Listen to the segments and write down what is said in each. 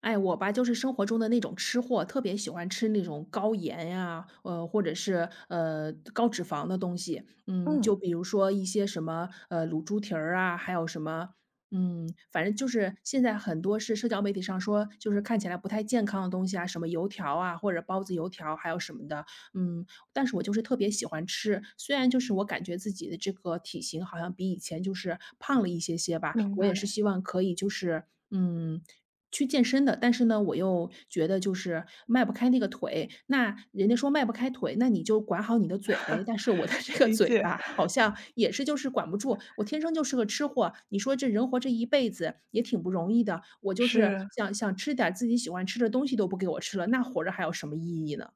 哎，我吧，就是生活中的那种吃货，特别喜欢吃那种高盐呀，或者是高脂肪的东西。嗯，就嗯，比如说一些什么卤猪蹄儿啊，还有什么。反正就是现在很多是社交媒体上说，就是看起来不太健康的东西啊，什么油条啊，或者包子油条，还有什么的。嗯，但是我就是特别喜欢吃，虽然就是我感觉自己的这个体型好像比以前就是胖了一些些吧，明我也是白，希望可以就是，去健身的。但是呢，我又觉得就是迈不开那个腿。那人家说迈不开腿，那你就管好你的嘴呗。但是我的这个理嘴解。巴好像也是就是管不住，我天生就是个吃货。你说这人活这一辈子也挺不容易的，我就是是，想想吃点儿自己喜欢吃的东西都不给我吃了，那活着还有什么意义呢？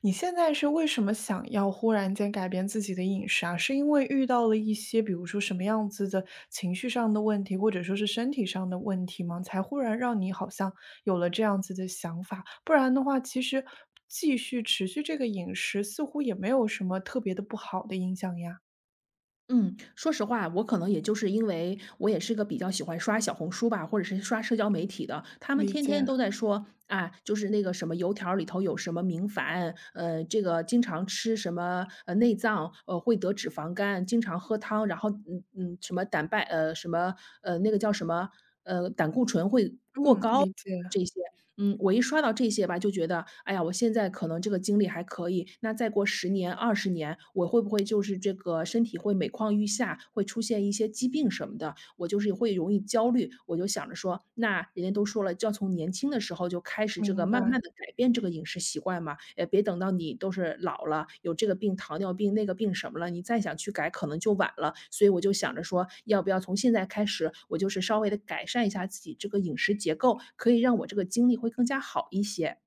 你现在是为什么想要忽然间改变自己的饮食啊？是因为遇到了一些，比如说什么样子的情绪上的问题，或者说是身体上的问题吗？才忽然让你好像有了这样子的想法，不然的话，其实继续持续这个饮食，似乎也没有什么特别的不好的影响呀。嗯，说实话，我可能也就是因为我也是个比较喜欢刷小红书吧，或者是刷社交媒体的，他们理天天解，都在说啊，就是那个什么油条里头有什么明矾，这个经常吃什么内脏，会得脂肪肝，经常喝汤，然后什么什么那个叫什么胆固醇会嗯，理解，这些。我一刷到这些吧，就觉得，哎呀，我现在可能这个精力还可以，那再过十年、20年，我会不会就是这个身体会每况愈下，会出现一些疾病什么的，我就是会容易焦虑。我就想着说，那人家都说了，要从年轻的时候就开始这个明慢慢白。的改变这个饮食习惯嘛，别等到你都是老了，有这个病、糖尿病、那个病什么了，你再想去改可能就晚了。所以我就想着说，要不要从现在开始，我就是稍微的改善一下自己这个饮食结构，可以让我这个精力会更加好一些。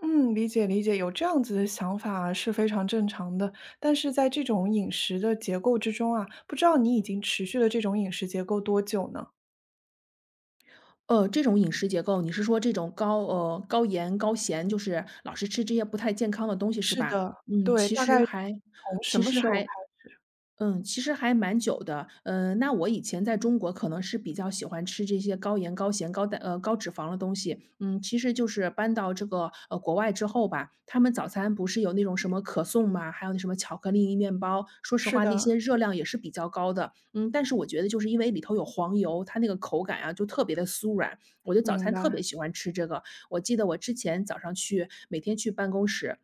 嗯，理解，有这样子的想法是非常正常的。但是在这种饮食的结构之中啊，不知道你已经持续了这种饮食结构多久呢？这种饮食结构，你是说这种高盐、高咸，就是老是吃这些不太健康的东西是是吧？的，对，大概从什其么实时候开还始？其实还蛮久的。嗯，那我以前在中国可能是比较喜欢吃这些高盐、高咸、高脂肪的东西。嗯，其实就是搬到这个国外之后吧，他们早餐不是有那种什么可颂嘛，还有那什么巧克力面包。说实是话，那的，些热量也是比较高的。嗯，但是我觉得就是因为里头有黄油，它那个口感啊就特别的酥软，我就早明餐特别白，喜欢吃这个。我记得我之前早上去每天去办公室，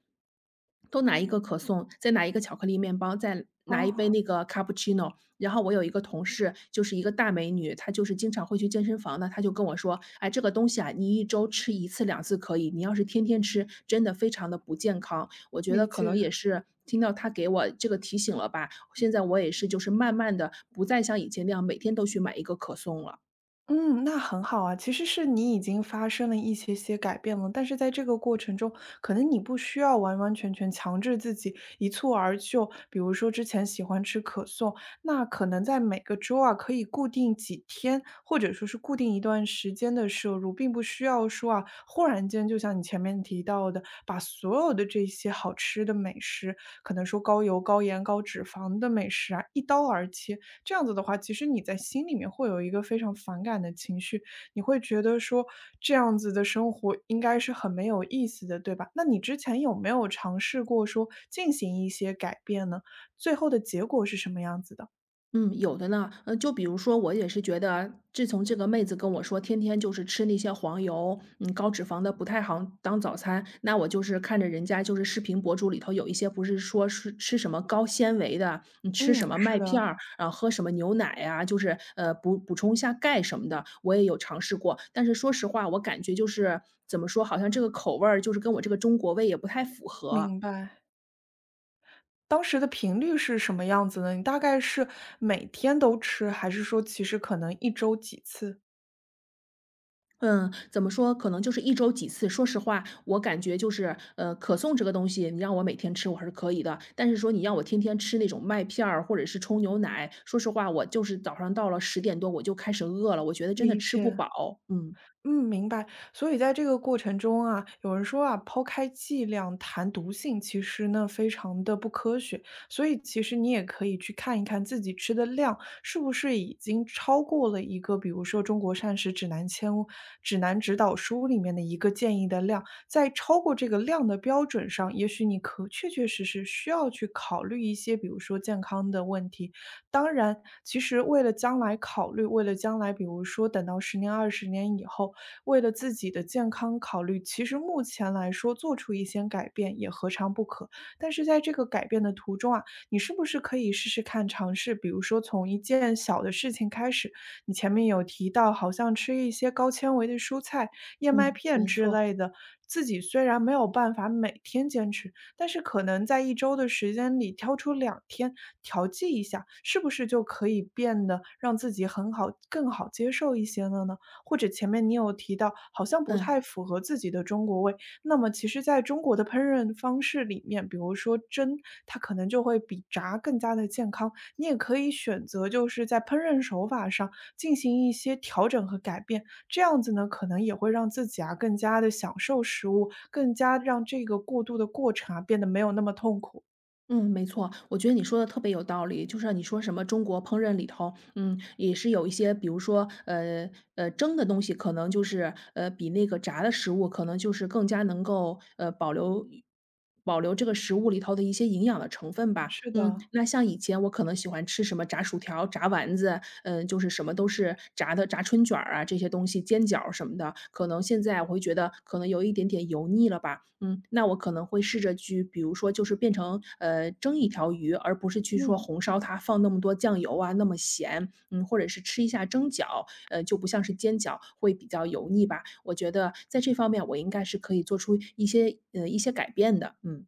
都拿一个可颂，再拿一个巧克力面包，再拿一杯哦，那个 cappuccino。然后我有一个同事，就是一个大美女，她就是经常会去健身房的，她就跟我说："哎，这个东西啊，你一周吃一次两次可以，你要是天天吃，真的非常的不健康。"我觉得理可能解。也是听到她给我这个提醒了吧。现在我也是就是慢慢的不再像以前那样每天都去买一个可颂了。嗯，那很好啊。其实是你已经发生了一些些改变了，但是在这个过程中，可能你不需要完完全全强制自己一蹴而就。比如说之前喜欢吃可颂，那可能在每个周啊，可以固定几天，或者说是固定一段时间的摄入，并不需要说啊，忽然间就像你前面提到的，把所有的这些好吃的美食，可能说高油、高盐、高脂肪的美食啊，一刀而切。这样子的话，其实你在心里面会有一个非常反感的情绪，你会觉得说这样子的生活应该是很没有意思的，对吧？那你之前有没有尝试过说进行一些改变呢？最后的结果是什么样子的？嗯。有的呢。就比如说，我也是觉得啊，自从这个妹子跟我说，天天就是吃那些黄油，高脂肪的不太好当早餐，那我就是看着人家就是视频博主里头有一些不是说是吃什么高纤维的，你吃嗯，什么麦是片的，儿啊，喝什么牛奶啊，就是补充一下钙什么的，我也有尝试过。但是说实话，我感觉就是怎么说，好像这个口味儿就是跟我这个中国胃也不太符合。明白。当时的频率是什么样子呢？你大概是每天都吃，还是说其实可能一周几次？嗯，怎么说，可能就是一周几次。说实话，我感觉就是，可颂这个东西，你让我每天吃我还是可以的，但是说你让我天天吃那种麦片儿或者是冲牛奶，说实话，我就是早上到了10点多我就开始饿了，我觉得真的理吃不解。饱。嗯，嗯，明白。所以在这个过程中啊，有人说啊，抛开剂量谈毒性，其实呢非常的不科学。所以其实你也可以去看一看自己吃的量是不是已经超过了一个，比如说《中国膳食指南》指南指导书里面的一个建议的量，在超过这个量的标准上，也许你可确确实实需要去考虑一些，比如说健康的问题。当然，其实为了将来考虑，为了将来比如说等到10年、20年以后，为了自己的健康考虑，其实目前来说做出一些改变也何尝不可。但是在这个改变的途中啊，你是不是可以试试看尝试，比如说从一件小的事情开始，你前面有提到好像吃一些高纤维的蔬菜、燕麦嗯，片没之错。类的，自己虽然没有办法每天坚持。但是可能在一周的时间里挑出两天调剂一下，是不是就可以变得让自己很好更好接受一些了呢？或者前面你有提到，好像不嗯。太符合自己的中国味，那么其实在中国的烹饪方式里面，比如说蒸，它可能就会比炸更加的健康。你也可以选择就是在烹饪手法上进行一些调整和改变，这样子呢，可能也会让自己啊更加的享受食物，更加让这个过渡的过程啊变得没有那么痛苦。嗯，没错，我觉得你说的特别有道理。就是你说什么中国烹饪里头，也是有一些，比如说，蒸的东西可能就是比那个炸的食物可能就是更加能够保留这个食物里头的一些营养的成分吧。是嗯，的，那像以前我可能喜欢吃什么炸薯条、炸丸子，就是什么都是炸的，炸春卷儿啊这些东西，煎饺什么的，可能现在我会觉得可能有一点点油腻了吧。嗯，那我可能会试着去，比如说就是变成蒸一条鱼，而不是去说嗯。红烧它，放那么多酱油啊，那么咸，或者是吃一下蒸饺，就不像是煎饺会比较油腻吧。我觉得在这方面我应该是可以做出一些改变的。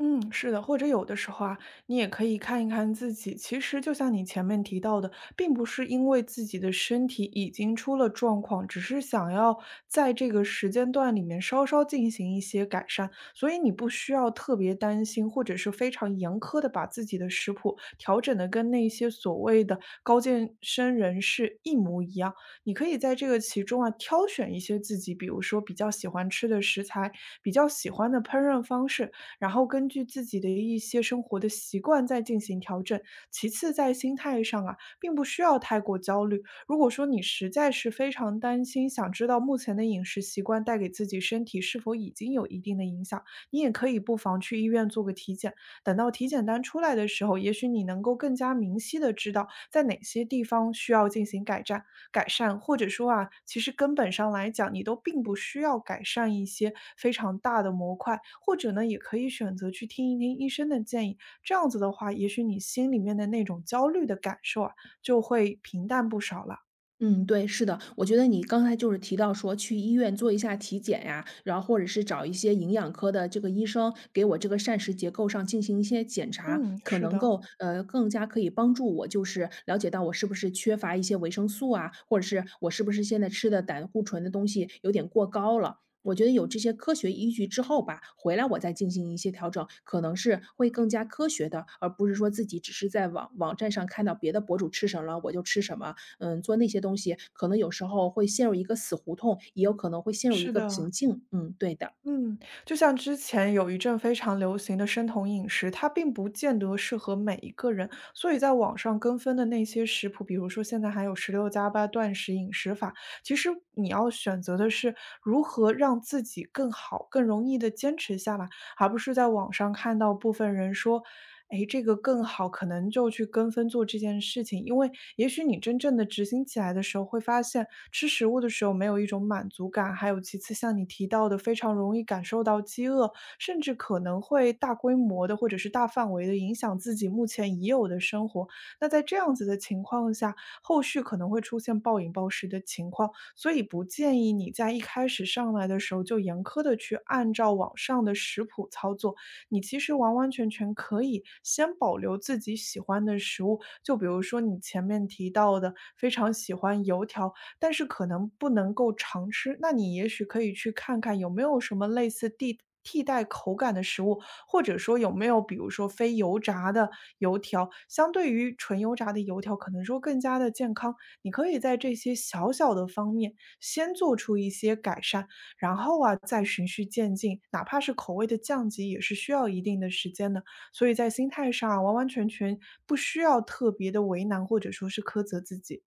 嗯，是的，或者有的时候啊，你也可以看一看自己。其实就像你前面提到的，并不是因为自己的身体已经出了状况，只是想要在这个时间段里面稍稍进行一些改善，所以你不需要特别担心，或者是非常严苛的把自己的食谱调整的跟那些所谓的高健身人士一模一样。你可以在这个其中啊，挑选一些自己，比如说比较喜欢吃的食材，比较喜欢的烹饪方式。然后根据自己的一些生活的习惯再进行调整。其次，在心态上啊，并不需要太过焦虑。如果说你实在是非常担心，想知道目前的饮食习惯带给自己身体是否已经有一定的影响，你也可以不妨去医院做个体检。等到体检单出来的时候，也许你能够更加明晰的知道在哪些地方需要进行改善。或者说啊，其实根本上来讲，你都并不需要改善一些非常大的模块，或者呢，也可以选择去听一听医生的建议。这样子的话，也许你心里面的那种焦虑的感受啊，就会平淡不少了。嗯，对，是的，我觉得你刚才就是提到说去医院做一下体检呀，然后或者是找一些营养科的这个医生给我这个膳食结构上进行一些检查，嗯，可是能的，够呃更加可以帮助我，就是了解到我是不是缺乏一些维生素啊，或者是我是不是现在吃的胆固醇的东西有点过高了。我觉得有这些科学依据之后吧，回来我再进行一些调整，可能是会更加科学的，而不是说自己只是在网站上看到别的博主吃什么了我就吃什么，做那些东西，可能有时候会陷入一个死胡同，也有可能会陷入一是个的。瓶颈。嗯，对的。嗯，就像之前有一阵非常流行的生酮饮食，它并不见得适合每一个人，所以在网上跟风的那些食谱，比如说现在还有16加8断食饮食法，其实你要选择的是如何让自己更好、更容易的坚持下来，而不是在网上看到部分人说，哎，这个更好，可能就去跟风做这件事情，因为也许你真正的执行起来的时候，会发现吃食物的时候没有一种满足感，还有其次像你提到的，非常容易感受到饥饿，甚至可能会大规模的或者是大范围的影响自己目前已有的生活。那在这样子的情况下，后续可能会出现暴饮暴食的情况，所以不建议你在一开始上来的时候就严苛的去按照网上的食谱操作，你其实完完全全可以先保留自己喜欢的食物，就比如说你前面提到的非常喜欢油条，但是可能不能够常吃，那你也许可以去看看有没有什么类似地。替代口感的食物，或者说有没有比如说非油炸的油条，相对于纯油炸的油条，可能说更加的健康。你可以在这些小小的方面先做出一些改善，然后啊，再循序渐进，哪怕是口味的降级，也是需要一定的时间的。所以在心态上啊完完全全不需要特别的为难，或者说是苛责自己。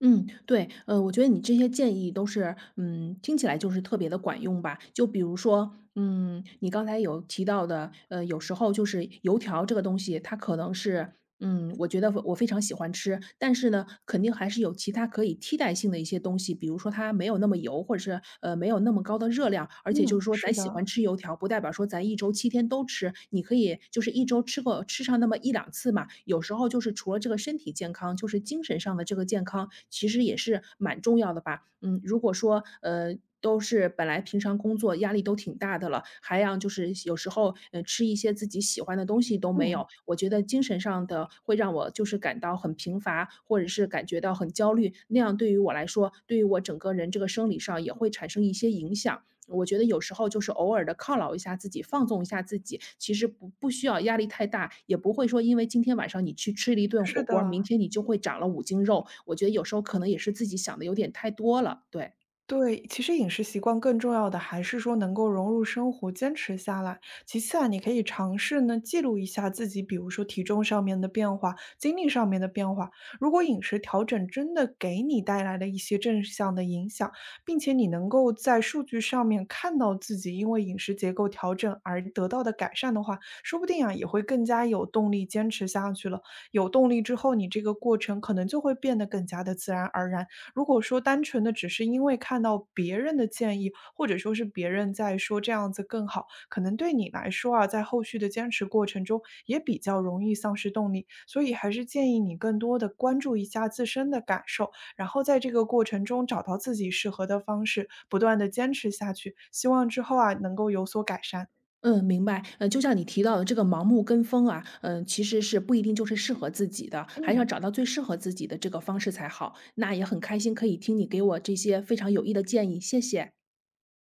嗯，对，我觉得你这些建议都是，听起来就是特别的管用吧。就比如说，你刚才有提到的，有时候就是油条这个东西，它可能是我觉得我非常喜欢吃，但是呢，肯定还是有其他可以替代性的一些东西，比如说它没有那么油，或者是没有那么高的热量，而且就嗯，是说咱是喜欢的，吃油条，不代表说咱一周7天都吃，你可以就是一周吃个吃上那么一两次嘛。有时候就是除了这个身体健康，就是精神上的这个健康，其实也是蛮重要的吧。嗯，如果说都是本来平常工作压力都挺大的了，还让就是有时候，吃一些自己喜欢的东西都没嗯，有，我觉得精神上的会让我就是感到很贫乏，或者是感觉到很焦虑，那样对于我来说，对于我整个人这个生理上也会产生一些影响。我觉得有时候就是偶尔的犒劳一下自己，放纵一下自己，其实不需要压力太大，也不会说因为今天晚上你去吃了一顿是火锅的。明天你就会长了5斤肉，我觉得有时候可能也是自己想的有点太多了，对。对，其实饮食习惯更重要的还是说能够融入生活，坚持下来。其次啊，你可以尝试呢记录一下自己，比如说体重上面的变化、精力上面的变化。如果饮食调整真的给你带来了一些正向的影响，并且你能够在数据上面看到自己因为饮食结构调整而得到的改善的话，说不定啊也会更加有动力坚持下去了。有动力之后，你这个过程可能就会变得更加的自然而然。如果说单纯的只是因为看到别人的建议，或者说是别人在说这样子更好，可能对你来说啊，在后续的坚持过程中也比较容易丧失动力。所以还是建议你更多的关注一下自身的感受，然后在这个过程中找到自己适合的方式，不断的坚持下去。希望之后啊能够有所改善。嗯，明白。就像你提到的这个盲目跟风啊，其实是不一定就是适合自己的，还是要嗯。找到最适合自己的这个方式才好。那也很开心可以听你给我这些非常有益的建议，谢谢。